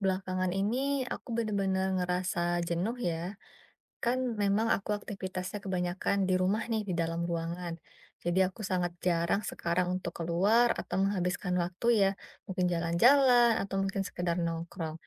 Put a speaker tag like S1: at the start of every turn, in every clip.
S1: Belakangan ini aku bener-bener ngerasa jenuh ya. Kan memang aku aktivitasnya kebanyakan di rumah nih, di dalam ruangan. Jadi aku sangat jarang sekarang untuk keluar atau menghabiskan waktu ya, mungkin jalan-jalan atau mungkin sekedar nongkrong.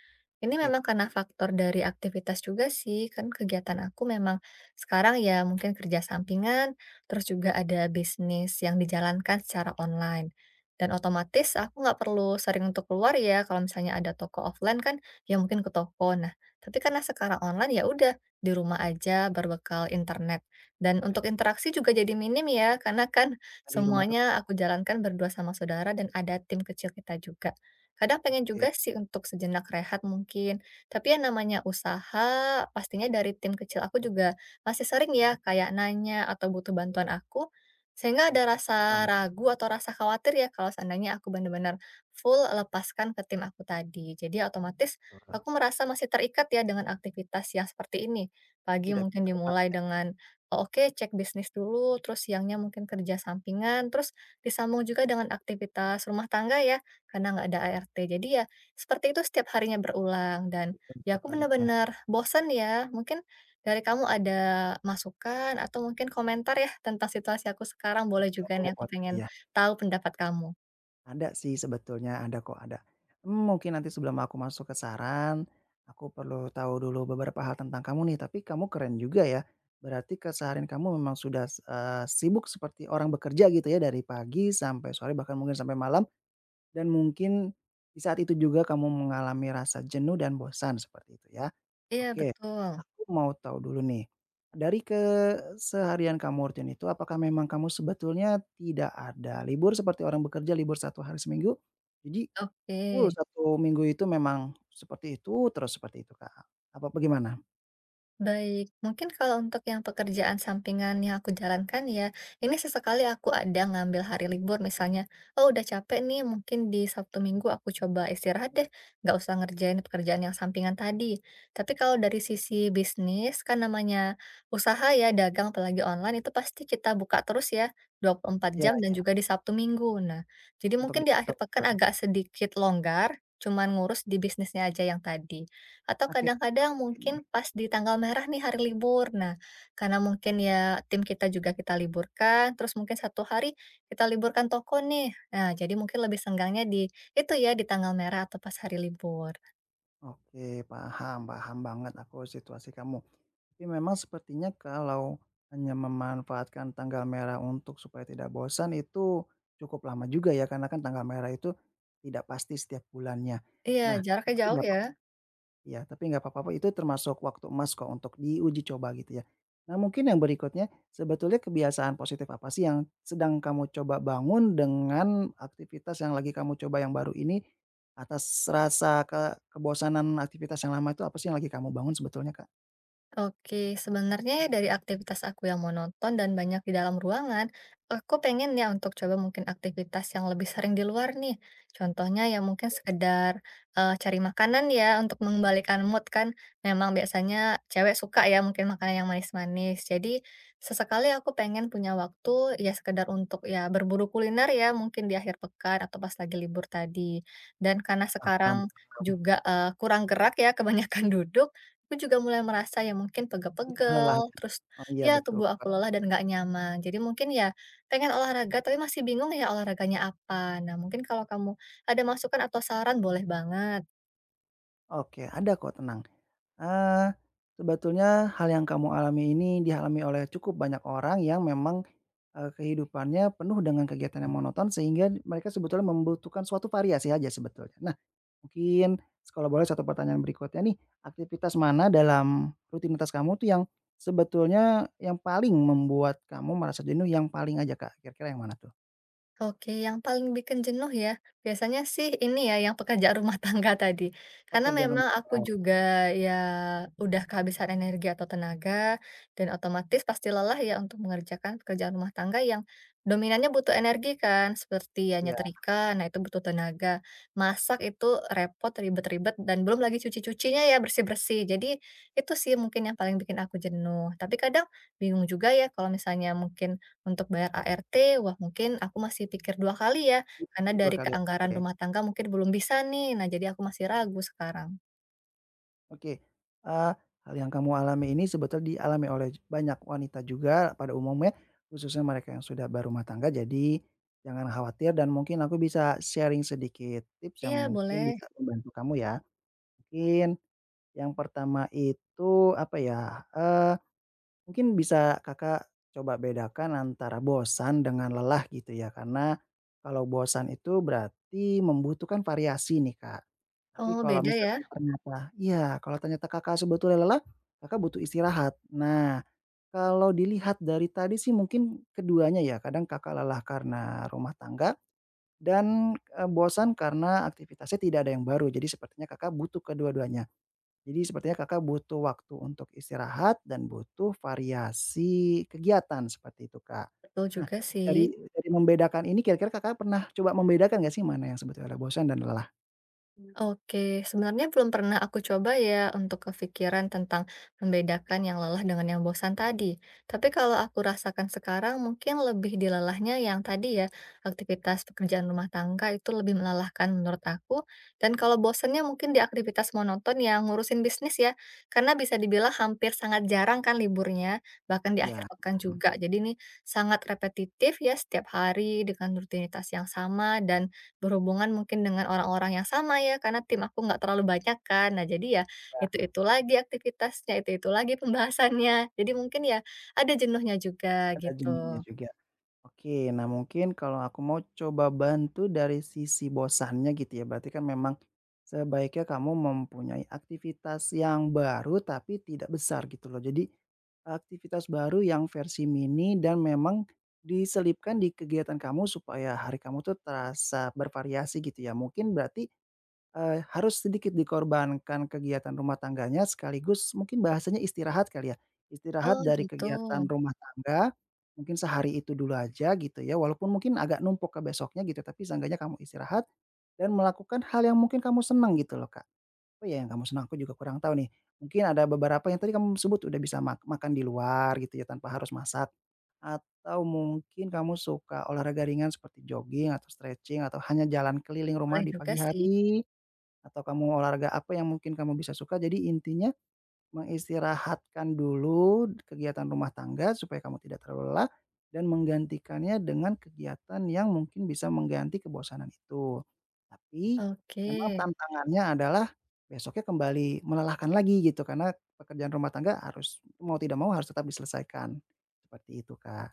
S1: Ini
S2: Oke,
S1: memang
S2: Pak,
S1: karena faktor dari aktivitas juga sih, kan kegiatan aku memang sekarang ya mungkin kerja sampingan, terus juga ada bisnis yang dijalankan secara online. Dan otomatis aku nggak perlu sering untuk keluar ya, kalau misalnya ada toko offline kan ya mungkin ke toko. Nah, tapi karena sekarang online ya udah di rumah aja berbekal internet. Dan untuk interaksi juga jadi minim ya, karena kan
S2: di rumah terus
S1: semuanya
S2: ya?
S1: aku jalankan berdua sama saudara dan ada tim kecil kita juga. Kadang pengen
S2: Oke,
S1: juga sih untuk sejenak rehat mungkin, tapi yang namanya usaha pastinya dari tim kecil aku juga masih sering ya kayak nanya atau butuh bantuan aku, sehingga
S2: iya,
S1: ada
S2: paham,
S1: rasa ragu atau rasa khawatir ya kalau seandainya aku benar-benar full lepaskan ke tim aku tadi. Jadi otomatis
S2: eee,
S1: aku merasa masih terikat ya dengan aktivitas yang seperti ini. Pagi
S2: tidak bisa
S1: mungkin
S2: terlepas
S1: dimulai
S2: ya,
S1: dengan "Oh, oke, cek bisnis dulu, terus siangnya mungkin kerja sampingan, terus disambung juga dengan aktivitas rumah tangga ya karena nggak ada ART. Jadi ya seperti itu setiap harinya berulang dan
S2: kehidupan
S1: ya
S2: setiap
S1: aku
S2: harinya.
S1: benar-benar bosan ya. Mungkin dari kamu ada masukan atau mungkin komentar ya tentang situasi aku sekarang boleh juga
S2: Boleh
S1: nih aku
S2: boleh,
S1: pengen
S2: iya.
S1: tahu pendapat kamu.
S2: Ada sih sebetulnya, ada kok, ada. Mungkin nanti sebelum aku masuk ke saran, aku perlu tahu dulu beberapa hal tentang kamu nih, tapi kamu keren juga ya, berarti keseharian kamu memang sudah, sibuk seperti orang bekerja gitu ya, dari pagi sampai sore, bahkan mungkin sampai malam, dan mungkin di saat itu juga kamu mengalami rasa jenuh dan bosan seperti itu ya.
S1: Iya
S2: Oke,
S1: betul.
S2: aku mau tahu dulu nih, dari keseharian kamu rutin itu apakah memang kamu sebetulnya tidak ada libur seperti orang bekerja libur 1 hari seminggu? Jadi
S1: Oke.
S2: full 1 minggu itu memang seperti itu terus seperti itu, Kak? Apa bagaimana?
S1: Baik, mungkin kalau untuk yang pekerjaan sampingan yang aku jalankan ya, ini sesekali aku ada ngambil hari libur misalnya, oh udah capek nih mungkin di Sabtu Minggu aku coba istirahat deh, nggak usah ngerjain pekerjaan yang sampingan tadi. Tapi kalau dari sisi bisnis, kan namanya usaha ya, dagang apalagi online itu pasti kita buka terus ya, dua puluh empat
S2: Ya
S1: jam dan
S2: ya
S1: juga di Sabtu Minggu. Nah, jadi
S2: untuk
S1: mungkin di akhir
S2: dipantau ke
S1: pekan agak sedikit longgar, cuman ngurus di bisnisnya aja yang tadi. Atau
S2: akhir pekan
S1: kadang-kadang
S2: mungkin.
S1: mungkin pas di tanggal merah nih hari libur. Nah, karena mungkin ya tim kita juga kita liburkan, terus mungkin satu hari kita liburkan toko nih. Nah, jadi mungkin lebih senggangnya di itu ya, di tanggal merah atau pas hari libur.
S2: Oke, paham paham banget aku situasi kamu. Tapi memang sepertinya kalau hanya memanfaatkan tanggal merah untuk supaya tidak bosan itu cukup lama juga ya, karena kan tanggal merah itu tidak pasti setiap bulannya.
S1: Iya,
S2: Nah,
S1: jaraknya
S2: tapi
S1: jauh
S2: nggak apa
S1: ya.
S2: iya, tapi nggak papa itu termasuk waktu emas kok untuk diuji coba gitu ya. Nah, mungkin yang berikutnya sebetulnya kebiasaan positif apa sih yang sedang kamu coba bangun dengan aktivitas yang lagi kamu coba yang baru ini, atas rasa kebosanan aktivitas yang lama itu apa sih yang lagi kamu bangun sebetulnya, Kak?
S1: Oke, sebenarnya ya dari aktivitas aku yang monoton dan banyak di dalam ruangan, aku pengen ya untuk coba mungkin aktivitas yang lebih sering di luar nih. Contohnya ya mungkin sekedar cari makanan ya untuk mengembalikan mood kan. Memang biasanya cewek suka ya mungkin makanan yang manis-manis. Jadi sesekali aku pengen punya waktu ya sekedar untuk ya berburu kuliner ya mungkin di akhir pekan atau pas lagi libur tadi. Dan karena
S2: Paham,
S1: sekarang juga kurang gerak ya kebanyakan duduk. Aku juga mulai merasa ya mungkin
S2: udah
S1: pegel-pegel,
S2: lelah.
S1: terus
S2: Oh iya
S1: ya
S2: betul,
S1: tubuh aku
S2: Kak.
S1: lelah dan nggak nyaman. Jadi mungkin ya pengen olahraga tapi masih bingung ya olahraganya apa. Nah mungkin kalau kamu ada masukan atau saran boleh banget.
S2: Oke, ada kok tenang. Eee, sebetulnya hal yang kamu alami ini dialami oleh cukup banyak orang yang memang, kehidupannya penuh dengan kegiatan yang monoton sehingga mereka sebetulnya membutuhkan suatu variasi aja sebetulnya. Nah, mungkin kalau boleh satu pertanyaan berikutnya nih, aktivitas mana dalam rutinitas kamu tuh yang sebetulnya yang paling membuat kamu merasa jenuh yang paling aja, Kak? Kira-kira yang mana tuh?
S1: Oke, yang paling bikin jenuh ya, biasanya sih ini ya, yang pekerjaan rumah tangga tadi. Karena
S2: Pekerjaan
S1: memang
S2: rumah
S1: aku
S2: tangga,
S1: juga ya udah kehabisan energi atau tenaga, dan otomatis pasti lelah ya untuk mengerjakan pekerjaan rumah tangga yang dominannya butuh energi kan, seperti ya
S2: ya
S1: nyetrika, nah itu butuh tenaga. Masak itu repot, ribet-ribet, dan belum lagi cuci-cucinya ya bersih-bersih. Jadi itu sih mungkin yang paling bikin aku jenuh. Tapi kadang bingung juga ya kalau misalnya mungkin untuk bayar ART, wah mungkin aku masih pikir 2 kali ya, karena
S2: 2
S1: dari
S2: kali,
S1: keanggaran
S2: oke.
S1: rumah tangga mungkin belum bisa nih. Nah, jadi aku masih ragu sekarang.
S2: Oke, eee, hal yang kamu alami ini sebetulnya dialami oleh banyak wanita juga pada umumnya, khususnya mereka yang sudah berumah tangga. Jadi jangan khawatir dan mungkin aku bisa sharing sedikit tips yang
S1: Iya,
S2: mungkin
S1: boleh.
S2: bisa membantu kamu ya. Mungkin yang pertama itu apa ya, mungkin bisa Kakak coba bedakan antara bosan dengan lelah gitu ya, karena kalau bosan itu berarti membutuhkan variasi nih, Kak. Tapi
S1: Oh,
S2: kalau
S1: beda ya?
S2: misalkan ternyata iya, kalau ternyata Kakak sebetulnya lelah, Kakak butuh istirahat. Nah, kalau dilihat dari tadi sih mungkin keduanya ya, kadang Kakak lelah karena rumah tangga dan, bosan karena aktivitasnya tidak ada yang baru, jadi sepertinya Kakak butuh kedua-duanya. Jadi sepertinya Kakak butuh waktu untuk istirahat dan butuh variasi kegiatan seperti itu, Kak.
S1: Betul
S2: Nah,
S1: juga sih.
S2: dari dari membedakan ini kira-kira Kakak pernah coba membedakan gak sih mana yang sebetulnya bosan dan lelah?
S1: Oke, sebenarnya belum pernah aku coba ya untuk kepikiran tentang membedakan yang lelah dengan yang bosan tadi. Tapi kalau aku rasakan sekarang mungkin lebih di lelahnya yang tadi ya, aktivitas pekerjaan rumah tangga itu lebih melelahkan menurut aku. Dan kalau bosannya mungkin di aktivitas monoton yang ngurusin bisnis ya, karena bisa dibilang hampir sangat jarang kan liburnya, bahkan di
S2: Iya,
S1: akhir pekan
S2: paham.
S1: juga. Jadi ini sangat repetitif ya setiap hari dengan rutinitas yang sama dan berhubungan mungkin dengan orang-orang yang sama ya, karena tim aku nggak terlalu banyak kan. Nah, jadi ya
S2: Ya,
S1: itu-itu lagi aktivitasnya, itu-itu lagi pembahasannya. Jadi mungkin ya ada jenuhnya juga
S2: ada jeninya
S1: gitu.
S2: juga. Oke, nah mungkin kalau aku mau coba bantu dari sisi bosannya gitu ya, berarti kan memang sebaiknya kamu mempunyai aktivitas yang baru tapi tidak besar gitu loh. Jadi aktivitas baru yang versi mini dan memang diselipkan di kegiatan kamu supaya hari kamu tuh terasa bervariasi gitu ya. Mungkin berarti harus sedikit dikorbankan kegiatan rumah tangganya sekaligus mungkin bahasanya istirahat kali ya,
S1: Oh
S2: istirahat dari
S1: gitu,
S2: kegiatan rumah tangga, mungkin sehari itu dulu aja gitu ya, walaupun mungkin agak numpuk ke besoknya gitu, tapi seenggaknya kamu istirahat dan melakukan hal yang mungkin kamu senang gitu loh, Kak. Apa ya yang kamu senang? Aku juga kurang tahu nih. Mungkin ada beberapa yang tadi kamu sebut udah bisa makan di luar gitu ya tanpa harus masak, atau mungkin kamu suka olahraga ringan seperti jogging atau stretching atau hanya jalan keliling rumah
S1: boleh
S2: di
S1: juga
S2: pagi
S1: sih.
S2: hari. Atau kamu olahraga apa yang mungkin kamu bisa suka, jadi intinya mengistirahatkan dulu kegiatan rumah tangga supaya kamu tidak terlalu lelah dan menggantikannya dengan kegiatan yang mungkin bisa mengganti kebosanan itu. Tapi
S1: Oke.
S2: memang tantangannya adalah besoknya kembali melelahkan lagi gitu karena pekerjaan rumah tangga harus mau tidak mau harus tetap diselesaikan, seperti itu, Kak.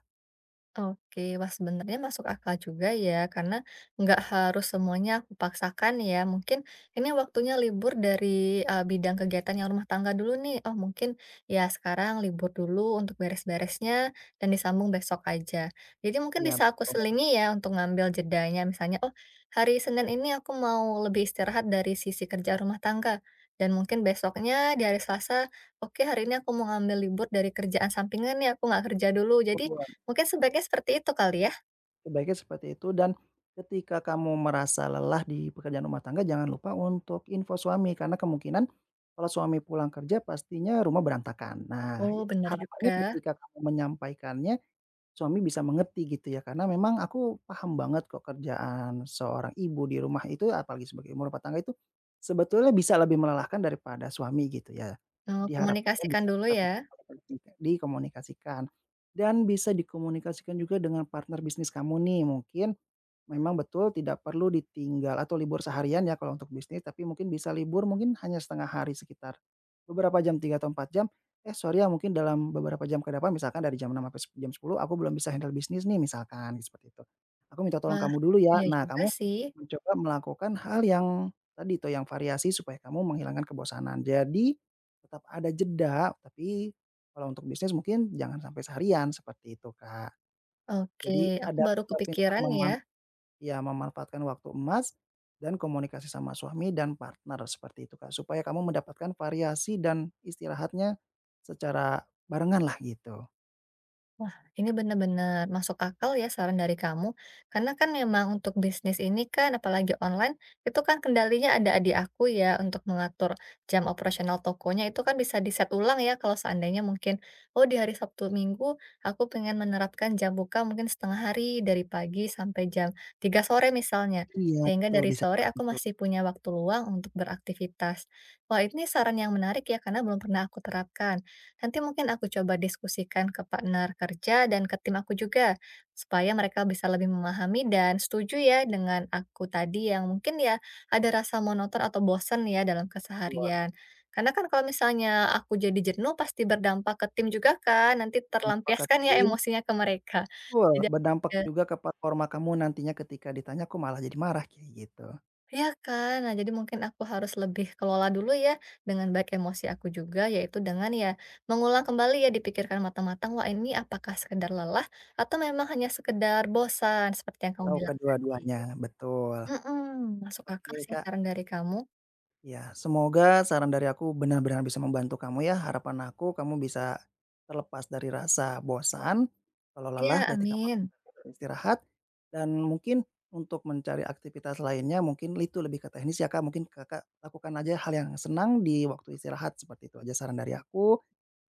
S1: Oke, wah sebenarnya masuk akal juga ya, karena nggak harus semuanya aku paksakan ya. Mungkin ini waktunya libur dari bidang kegiatan yang rumah tangga dulu nih. Oh, mungkin ya sekarang libur dulu untuk beres-beresnya dan disambung besok aja. Jadi mungkin
S2: Iya,
S1: bisa aku selingi ya untuk ngambil jedanya. Misalnya, oh hari Senin ini aku mau lebih istirahat dari sisi kerja rumah tangga. Dan mungkin besoknya di hari Selasa, oke hari ini aku mau ngambil libur dari kerjaan sampingan nih, aku nggak kerja dulu. Jadi
S2: betul.
S1: mungkin sebaiknya seperti itu kali ya?
S2: Sebaiknya seperti itu dan ketika kamu merasa lelah di pekerjaan rumah tangga jangan lupa untuk info suami karena kemungkinan kalau suami pulang kerja pastinya rumah berantakan. Nah,
S1: Oh, benar
S2: harapannya
S1: juga,
S2: ketika kamu menyampaikannya suami bisa mengerti gitu ya, karena memang aku paham banget kok kerjaan seorang ibu di rumah itu, apalagi sebagai ibu rumah tangga itu, sebetulnya bisa lebih melelahkan daripada suami gitu ya. Jadi harapannya
S1: komunikasikan
S2: bisa
S1: dulu
S2: tetap
S1: ya.
S2: dikomunikasikan dikomunikasikan dan bisa dikomunikasikan juga dengan partner bisnis kamu nih mungkin, memang betul tidak perlu ditinggal atau libur seharian ya kalau untuk bisnis, tapi mungkin bisa libur mungkin hanya setengah hari sekitar beberapa jam, 3 atau 4 jam, eh sorry ya mungkin dalam beberapa jam ke depan misalkan dari jam 6 sampai jam 10 aku belum bisa handle bisnis nih misalkan seperti itu. Aku minta tolong
S1: Wah,
S2: kamu dulu ya.
S1: iya
S2: Nah
S1: juga
S2: kamu
S1: sih.
S2: mencoba melakukan hal yang tadi itu yang variasi supaya kamu menghilangkan kebosanan. Jadi tetap ada jeda, tapi kalau untuk bisnis mungkin jangan sampai seharian seperti itu, Kak.
S1: Oke,
S2: Jadi
S1: aku
S2: ada
S1: baru
S2: pintar-pintar
S1: kepikiran ya.
S2: ya, memanfaatkan waktu emas dan komunikasi sama suami dan partner, seperti itu, Kak. Supaya kamu mendapatkan variasi dan istirahatnya secara barengan lah gitu.
S1: Wah, ini benar-benar masuk akal ya saran dari kamu. Karena kan memang untuk bisnis ini kan, apalagi online, itu kan kendalinya ada di aku ya untuk mengatur jam operasional tokonya. Itu kan bisa di-set ulang ya kalau seandainya mungkin, oh di hari Sabtu Minggu aku pengen menerapkan jam buka mungkin setengah hari dari pagi sampai jam 3 sore misalnya.
S2: Iya,
S1: Sehingga
S2: betul
S1: dari
S2: bisa
S1: sore
S2: seperti
S1: aku
S2: itu.
S1: masih punya waktu luang untuk beraktivitas. Wah, ini saran yang menarik ya karena belum pernah aku terapkan. Nanti mungkin aku coba diskusikan ke partner kerja dan ke tim aku juga, supaya mereka bisa lebih memahami dan setuju ya dengan aku tadi yang mungkin ya ada rasa monoton atau bosan ya dalam
S2: Wah,
S1: keseharian. Karena kan kalau misalnya aku jadi jenuh pasti berdampak ke tim juga kan, nanti
S2: berdampak ke
S1: terlampiaskan ya
S2: tim.
S1: emosinya ke mereka.
S2: Betul,
S1: Jadi
S2: berdampak juga ke performa kamu nantinya ketika ditanya, "Kok malah jadi marah?" Kayak gitu.
S1: iya kan? Nah, jadi mungkin aku harus lebih kelola dulu ya dengan baik emosi aku juga, yaitu dengan ya mengulang kembali ya dipikirkan matang-matang, wah ini apakah sekedar lelah atau memang hanya sekedar bosan seperti yang kamu
S2: Tahu
S1: bilang tadi.
S2: kedua-duanya, betul.
S1: Mhm, masuk akal
S2: Oke,
S1: sih
S2: Kak.
S1: saran dari kamu.
S2: Ya, semoga saran dari aku benar-benar bisa membantu kamu ya. Harapan aku kamu bisa terlepas dari rasa bosan, kalau
S1: Iya,
S2: lelah berarti kamu harus
S1: amin.
S2: beristirahat, dan mungkin untuk mencari aktivitas lainnya mungkin itu lebih ke teknis ya Kak, mungkin Kakak lakukan aja hal yang senang di waktu istirahat, seperti itu aja saran dari aku.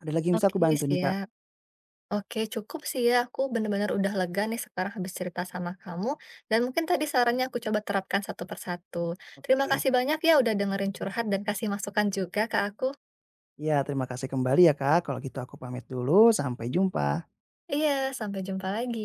S2: Ada lagi yang bisa
S1: Oke,
S2: aku bantu nih Kak?
S1: siap. Oke, cukup sih ya. Aku bener-bener udah lega nih sekarang habis cerita sama kamu. Dan mungkin tadi sarannya aku coba terapkan satu persatu. Terima
S2: Oke.
S1: kasih banyak ya udah dengerin curhat dan kasih masukan juga ke aku.
S2: Ya, terima kasih kembali ya Kak, kalau gitu aku pamit dulu, sampai jumpa.
S1: Iya, sampai jumpa lagi.